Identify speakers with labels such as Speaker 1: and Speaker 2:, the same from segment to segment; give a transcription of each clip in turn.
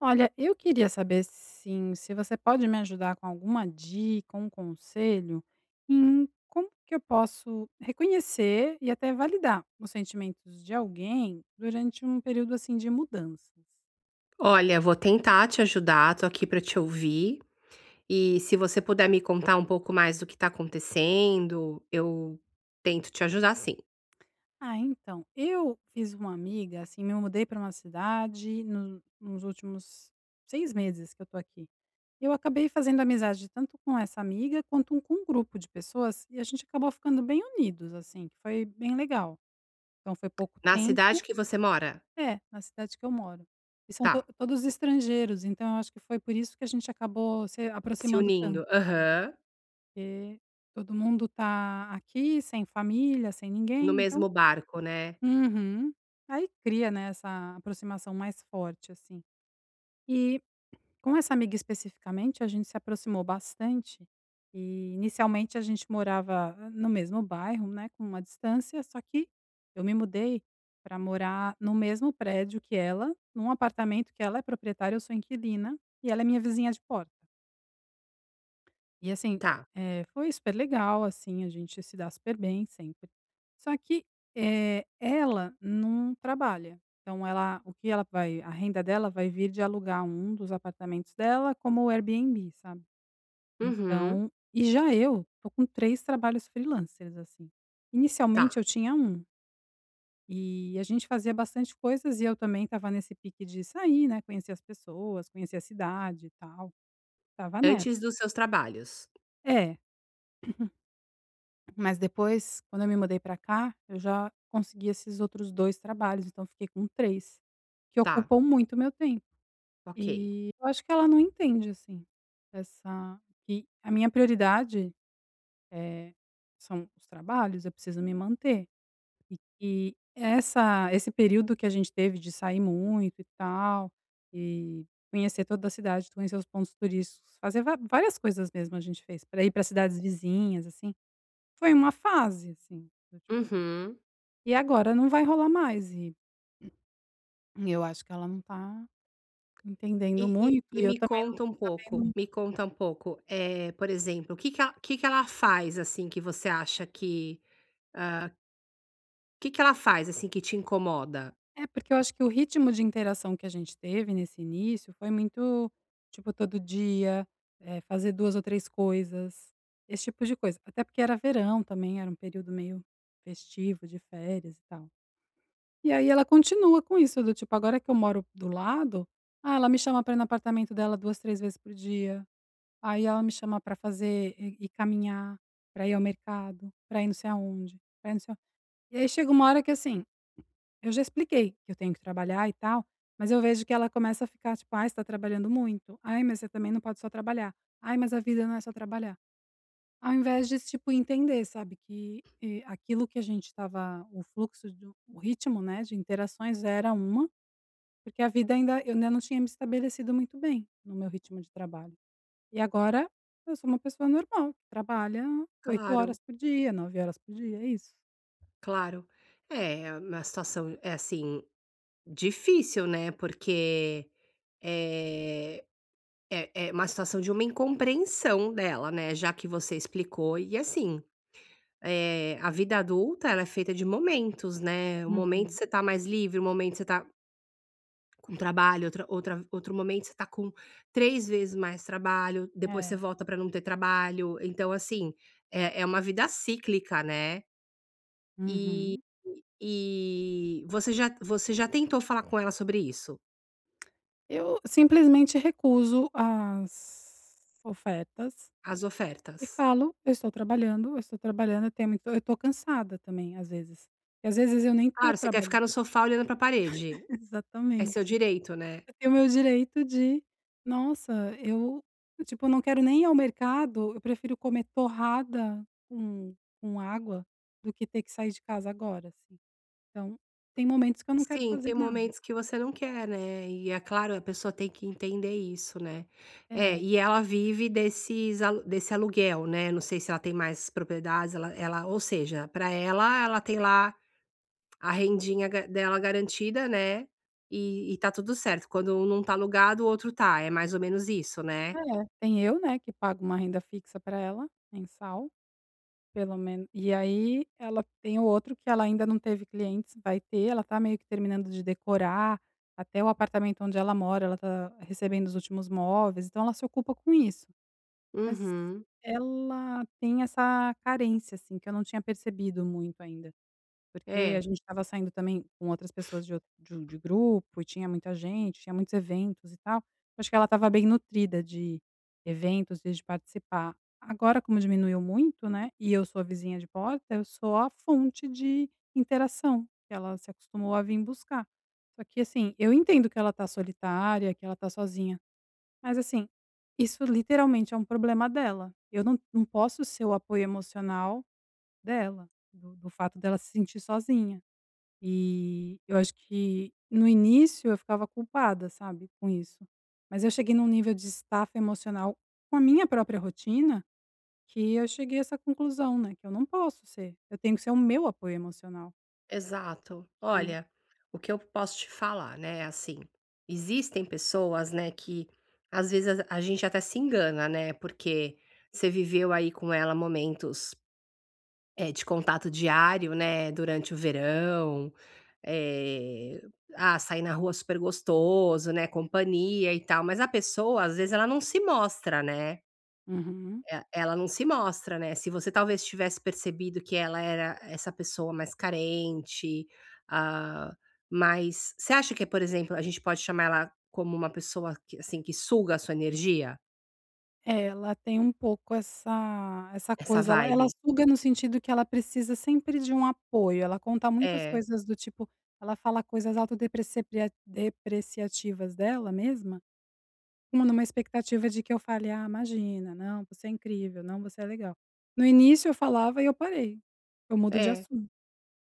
Speaker 1: Olha, eu queria saber sim, se você pode me ajudar com alguma dica, um conselho em como que eu posso reconhecer e até validar os sentimentos de alguém durante um período assim de mudanças.
Speaker 2: Olha, vou tentar te ajudar, tô aqui pra te ouvir. E se você puder me contar um pouco mais do que tá acontecendo, eu tento te ajudar sim.
Speaker 1: Então, eu fiz uma amiga, assim, me mudei para uma cidade nos últimos 6 meses que eu tô aqui. Eu acabei fazendo amizade tanto com essa amiga quanto com um grupo de pessoas e a gente acabou ficando bem unidos, assim, que foi bem legal. Então foi pouco
Speaker 2: Na
Speaker 1: tempo
Speaker 2: cidade que você mora?
Speaker 1: é, na cidade que eu moro. E são to
Speaker 2: Tá.
Speaker 1: todos estrangeiros, então eu acho que foi por isso que a gente acabou se
Speaker 2: Se
Speaker 1: aproximando
Speaker 2: unindo.
Speaker 1: tanto, sabe,
Speaker 2: Aham.
Speaker 1: porque todo mundo tá aqui, sem família, sem
Speaker 2: No
Speaker 1: ninguém, então
Speaker 2: mesmo barco, né?
Speaker 1: uhum. Aí cria, né, essa aproximação mais forte, assim. E com essa amiga especificamente, a gente se aproximou bastante e inicialmente a gente morava no mesmo bairro, né, com uma distância, só que eu me mudei para morar no mesmo prédio que ela, num apartamento que ela é proprietária, eu sou inquilina e ela é minha vizinha de porta. E assim,
Speaker 2: Tá.
Speaker 1: foi super legal, assim, a gente se dá super bem sempre. Só que, ela não trabalha, então ela o que ela vai a renda dela vai vir de alugar um dos apartamentos dela como o Airbnb, sabe.
Speaker 2: Uhum.
Speaker 1: Já eu tô com 3 trabalhos freelancers, assim.
Speaker 2: Tá.
Speaker 1: Inicialmente eu tinha um e a gente fazia bastante coisas e eu também estava nesse pique de sair, né, conhecer as pessoas, conhecer a cidade e tal, tava nessa.
Speaker 2: Antes dos seus trabalhos.
Speaker 1: É. Mas depois, quando eu me mudei pra cá, eu já consegui esses outros 2 trabalhos, então fiquei com 3 que
Speaker 2: Tá.
Speaker 1: ocupam muito meu tempo.
Speaker 2: Ok.
Speaker 1: E eu acho que ela não entende, assim, essa que a minha prioridade, eh, são os trabalhos, eu preciso me manter. E que essa esse período que a gente teve de sair muito e tal, e conhecer toda a cidade, conhecer os pontos turísticos, fazer va várias coisas mesmo a gente fez, para ir para cidades vizinhas, assim foi uma fase, assim, do tipo:
Speaker 2: Uhum.
Speaker 1: "E agora não vai rolar mais", e eu acho que ela não tá entendendo
Speaker 2: E, e-
Speaker 1: muito
Speaker 2: e
Speaker 1: e eu
Speaker 2: me
Speaker 1: também não
Speaker 2: conta
Speaker 1: tô
Speaker 2: um pouco,
Speaker 1: sabendo
Speaker 2: me conta um pouco, é, por exemplo, o que que ela, o que que ela faz assim que você acha que ela faz, assim, que te incomoda?
Speaker 1: é, porque eu acho que o ritmo de interação que a gente teve nesse início foi muito, tipo, todo dia, fazer 2 ou 3 coisas, esse tipo de coisa. Até porque era verão também, era um período meio festivo, de férias e tal. E aí ela continua com isso, do tipo, agora que eu moro do lado, ela me chama pra ir no apartamento dela 2, 3 vezes por dia. Aí ela me chama pra fazer e caminhar, pra ir ao mercado, pra ir não sei aonde, pra ir não sei aonde. E aí chega uma hora que, assim, eu já expliquei que eu tenho que trabalhar e tal, mas eu vejo que ela começa a ficar tipo: "Ai, você tá trabalhando muito. Ai, mas você também não pode só trabalhar. Ai, mas a vida não é só trabalhar". Ao invés de, tipo, entender, sabe, que, aquilo que a gente estava o fluxo do o ritmo, né, de interações era uma, porque a vida ainda eu ainda não tinha me estabelecido muito bem no meu ritmo de trabalho. E agora eu sou uma pessoa normal, que trabalha 8 horas
Speaker 2: Claro,
Speaker 1: por dia, 9 horas por dia, é isso.
Speaker 2: claro. É, é uma situação, é assim, difícil, né, porque, eh, é é uma situação de uma incompreensão dela, né, já que você explicou e assim, a vida adulta ela é feita de momentos, né, um momento
Speaker 1: Uhum.
Speaker 2: você tá mais livre, um momento você tá com trabalho, outra outro momento você tá com 3 vezes mais trabalho, depois você
Speaker 1: É.
Speaker 2: volta para não ter trabalho. Então, assim, é é uma vida cíclica, né. E
Speaker 1: Uhum.
Speaker 2: você já tentou falar com ela sobre isso?
Speaker 1: Eu simplesmente recuso as ofertas
Speaker 2: As
Speaker 1: e
Speaker 2: ofertas?
Speaker 1: falo: "Eu estou trabalhando, eu estou trabalhando, eu tenho muito eu estou cansada também, às vezes". E às vezes eu nem estou
Speaker 2: Claro, você quer ficar
Speaker 1: trabalhando.
Speaker 2: no sofá olhando pra parede, é seu
Speaker 1: Exatamente.
Speaker 2: direito, né.
Speaker 1: Eu tenho o meu direito de nossa, eu, tipo, não quero nem ir ao mercado, eu prefiro comer torrada com água do que ter que sair de casa agora, assim. Então, tem momentos que eu não quero
Speaker 2: Sim,
Speaker 1: fazer
Speaker 2: tem
Speaker 1: nada.
Speaker 2: momentos que você não quer, né, e é claro, a pessoa tem que entender isso, né. É,
Speaker 1: É,
Speaker 2: e ela vive desses alu desse aluguel, né, não sei se ela tem mais propriedades, ela ela ou seja, para ela, ela tem lá a rendinha ga dela garantida, né, e tá tudo certo, quando um não tá alugado, o outro tá, é mais ou menos isso, né?
Speaker 1: é, tem eu, né, que pago uma renda fixa para ela, mensal, pelo menos e aí ela tem o outro que ela ainda não teve clientes, vai ter, ela tá meio que terminando de decorar, até o apartamento onde ela mora, ela tá recebendo os últimos móveis, então ela se ocupa com isso. Mas
Speaker 2: Uhum.
Speaker 1: ela tem essa carência, assim, que eu não tinha percebido muito ainda, porque a
Speaker 2: É.
Speaker 1: gente estava saindo também com outras pessoas de ou de de grupo e tinha muita gente, tinha muitos eventos e tal. Eu acho que ela estava bem nutrida de eventos e de participar. Agora, como diminuiu muito, né, e eu sou a vizinha de porta, eu sou a fonte de interação que ela se acostumou a vir buscar. Só que, assim, eu entendo que ela tá solitária, que ela tá sozinha. Mas assim, isso literalmente é um problema dela. Eu não posso ser o apoio emocional dela, do fato dela se sentir sozinha. E eu acho que no início eu ficava culpada, sabe, com isso. Mas eu cheguei num nível de estafa emocional com a minha própria rotina, que eu cheguei a essa conclusão, né, que eu não posso ser, eu tenho que ser o meu apoio emocional.
Speaker 2: Exato.
Speaker 1: E
Speaker 2: Olha, o que eu posso te falar, né, assim, existem pessoas, né, que às vezes a gente até se engana, né, porque você viveu aí com ela momentos, de contato diário, né, durante o verão, eh, sair na rua super gostoso, né, companhia e tal, mas a pessoa, às vezes, ela não se mostra, né.
Speaker 1: uhum.
Speaker 2: E ela não se mostra, né, se você talvez tivesse percebido que ela era essa pessoa mais carente, ah, mas você acha que, por exemplo, a gente pode chamar ela como uma pessoa que, assim, que suga a sua energia?
Speaker 1: É, ela tem um pouco essa
Speaker 2: Essa
Speaker 1: coisa, ela
Speaker 2: vibe?
Speaker 1: suga no sentido que ela precisa sempre de um apoio, ela conta muitas
Speaker 2: É,
Speaker 1: coisas do tipo ela fala coisas autodepreciapria depreciativas dela mesma, como numa expectativa de que eu fale: "Ah, imagina, não, você é incrível, não, você é legal". No início eu falava e eu parei, eu mudo de
Speaker 2: é.
Speaker 1: assunto,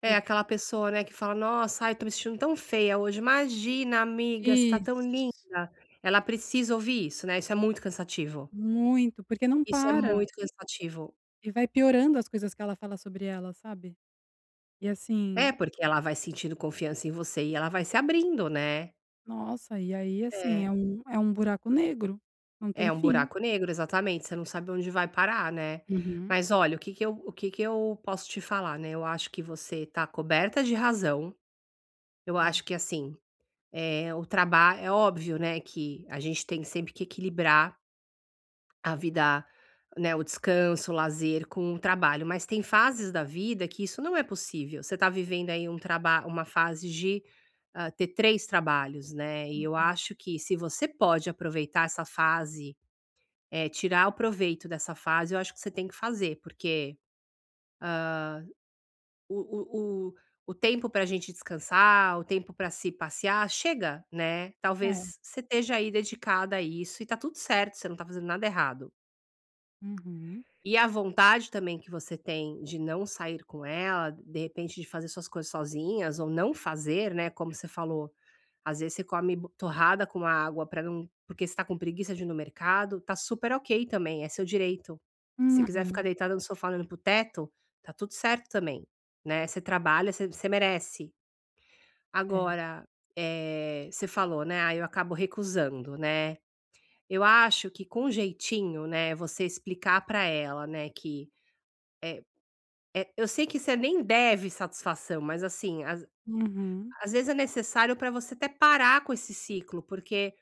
Speaker 2: É
Speaker 1: por
Speaker 2: aquela pessoa, né, que fala: "Nossa, ai, tô me sentindo tão feia hoje, imagina amiga, você tá tão linda".
Speaker 1: isso,
Speaker 2: Ela precisa ouvir isso, né, isso é muito cansativo.
Speaker 1: muito, porque não
Speaker 2: Isso é
Speaker 1: para,
Speaker 2: muito cansativo.
Speaker 1: e vai piorando as coisas que ela fala sobre ela, sabe. E
Speaker 2: É,
Speaker 1: assim
Speaker 2: porque ela vai sentindo confiança em você e ela vai se abrindo, né.
Speaker 1: nossa, e aí, assim,
Speaker 2: É,
Speaker 1: é um buraco negro, não tem
Speaker 2: é um
Speaker 1: fim.
Speaker 2: buraco negro, exatamente, você não sabe onde vai parar, né.
Speaker 1: Uhum,
Speaker 2: Mas olha, o que que eu posso te falar, né, eu acho que você está coberta de razão, eu
Speaker 1: hum.
Speaker 2: acho que assim, o trabalho é óbvio, né, que a gente tem sempre que equilibrar a vida, né, o descanso, o lazer com o trabalho, mas tem fases da vida que isso não é possível, você está vivendo aí um trabalho, uma fase de, ter 3 trabalhos, né, e eu
Speaker 1: Uhum.
Speaker 2: acho que se você pode aproveitar essa fase é, tirar o proveito dessa fase, eu acho que você tem que fazer, porque o o o o tempo para a gente descansar, o tempo para se passear, chega, né.
Speaker 1: É.
Speaker 2: Talvez você esteja aí dedicada a isso e tá tudo certo, você não tá fazendo nada errado.
Speaker 1: Uhum.
Speaker 2: E a vontade também que você tem de não sair com ela, de repente de fazer suas coisas sozinhas ou não fazer, né, como você falou, às vezes você come bo torrada com água para não porque você tá com preguiça de ir no mercado, tá super ok também, é seu direito. Se quiser ficar
Speaker 1: Uhum.
Speaker 2: deitada no sofá olhando pro teto, tá tudo certo também, né, você trabalha, você você merece.
Speaker 1: É.
Speaker 2: Agora, você falou, né: "Ah, eu acabo recusando", né. Eu acho que com jeitinho, né, você explicar pra ela, né, que é, eu sei que você nem deve satisfação, mas assim, às
Speaker 1: Uhum.
Speaker 2: às vezes é necessário para você até parar com esse ciclo, porque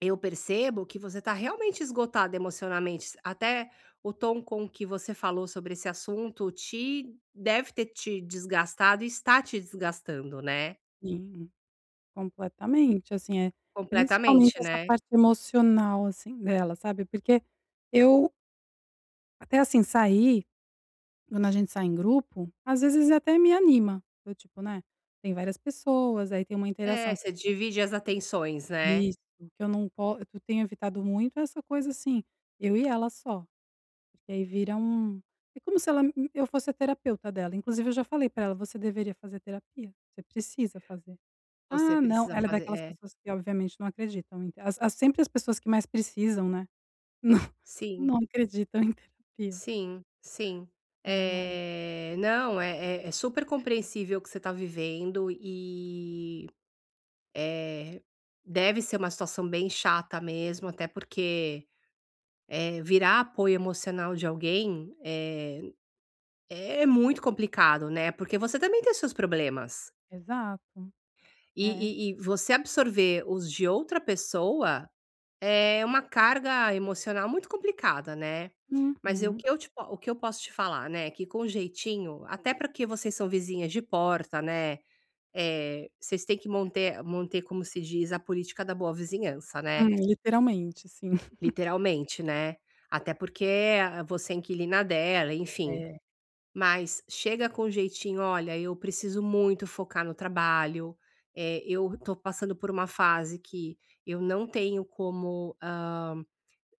Speaker 2: eu percebo que você está realmente esgotado emocionalmente, até o tom com que você falou sobre esse assunto te deve ter te desgastado e está te desgastando, né,
Speaker 1: Sim, completamente, assim, é principalmente
Speaker 2: completamente,
Speaker 1: essa
Speaker 2: né.
Speaker 1: parte emocional, assim, dela, sabe, porque eu até, assim, sair quando a gente sai em grupo, às vezes até me anima, do tipo, né, tem várias pessoas, aí tem uma
Speaker 2: É,
Speaker 1: interação.
Speaker 2: você divide as atenções, né.
Speaker 1: Isso, que eu não po eu tenho evitado muito essa coisa, assim, eu e ela só. Porque aí vira um é como se ela eu fosse a terapeuta dela, inclusive eu já falei pra ela: "Você deveria fazer terapia, você precisa fazer".
Speaker 2: Você
Speaker 1: "Ah, não",
Speaker 2: precisa
Speaker 1: ela é uhum.
Speaker 2: fazer
Speaker 1: Daquelas
Speaker 2: é,
Speaker 1: pessoas que obviamente não acreditam em te as as sempre as pessoas que mais precisam, né,
Speaker 2: sim.
Speaker 1: não acreditam em terapia,
Speaker 2: Sim, sim.
Speaker 1: né, mas
Speaker 2: É, não, é é é super compreensível o que você está vivendo e, é deve ser uma situação bem chata mesmo, até porque, virar apoio emocional de alguém, é muito complicado, né, porque você também tem seus problemas.
Speaker 1: exato, é.
Speaker 2: E você absorver os de outra pessoa é uma carga emocional muito complicada, né. Mas eu
Speaker 1: Uhum.
Speaker 2: o que eu posso te falar, né, que com jeitinho, até porque vocês são vizinhas de porta, né, vocês têm que manter, como se diz, a política da boa vizinhança, né,
Speaker 1: Literalmente, sim.
Speaker 2: literalmente, né. Até porque você é inquilina dela, enfim.
Speaker 1: É.
Speaker 2: Mas chega com jeitinho: "Olha, eu preciso muito focar no trabalho, eu tô passando por uma fase que eu não tenho como,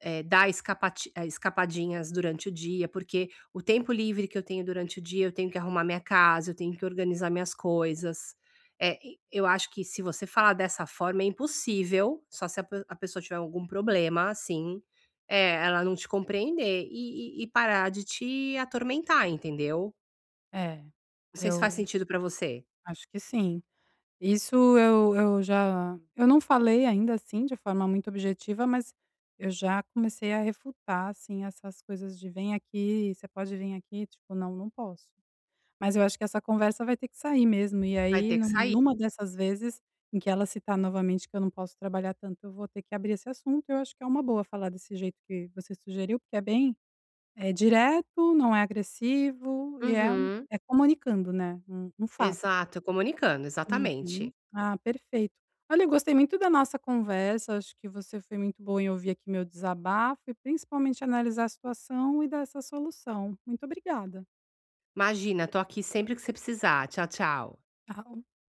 Speaker 2: dar escapati escapadinhas durante o dia, porque o tempo livre que eu tenho durante o dia, eu tenho que arrumar minha casa, eu tenho que organizar minhas coisas. E eu acho que se você falar dessa forma é impossível, só se a pe a pessoa tiver algum problema, assim, ela não te compreender e parar de te atormentar, entendeu.
Speaker 1: É,
Speaker 2: Não sei se faz
Speaker 1: eu
Speaker 2: sentido pra você.
Speaker 1: acho que sim. Isso eu não falei ainda, assim, de forma muito objetiva, mas eu já comecei a refutar, assim, essas coisas de: "Vem aqui, você pode vir aqui?", tipo: "Não, não posso". Mas eu acho que essa conversa vai ter que sair mesmo, e
Speaker 2: Vai
Speaker 1: aí
Speaker 2: ter que sair.
Speaker 1: numa dessas vezes em que ela citar novamente que eu não posso trabalhar tanto, eu vou ter que abrir esse assunto, eu acho que é uma boa falar desse jeito que você sugeriu, porque é bem é direto, não é agressivo e é
Speaker 2: Uhum.
Speaker 1: é comunicando, né, um fato.
Speaker 2: Exato, comunicando,
Speaker 1: Uhum.
Speaker 2: exatamente.
Speaker 1: Ah, perfeito. Olha, eu gostei muito da nossa conversa, acho que você foi muito bom em ouvir aqui meu desabafo e principalmente analisar a situação e dar essa solução. Muito obrigada.
Speaker 2: Imagina, tô aqui sempre que você precisar. Tchau, tchau.
Speaker 1: Tchau.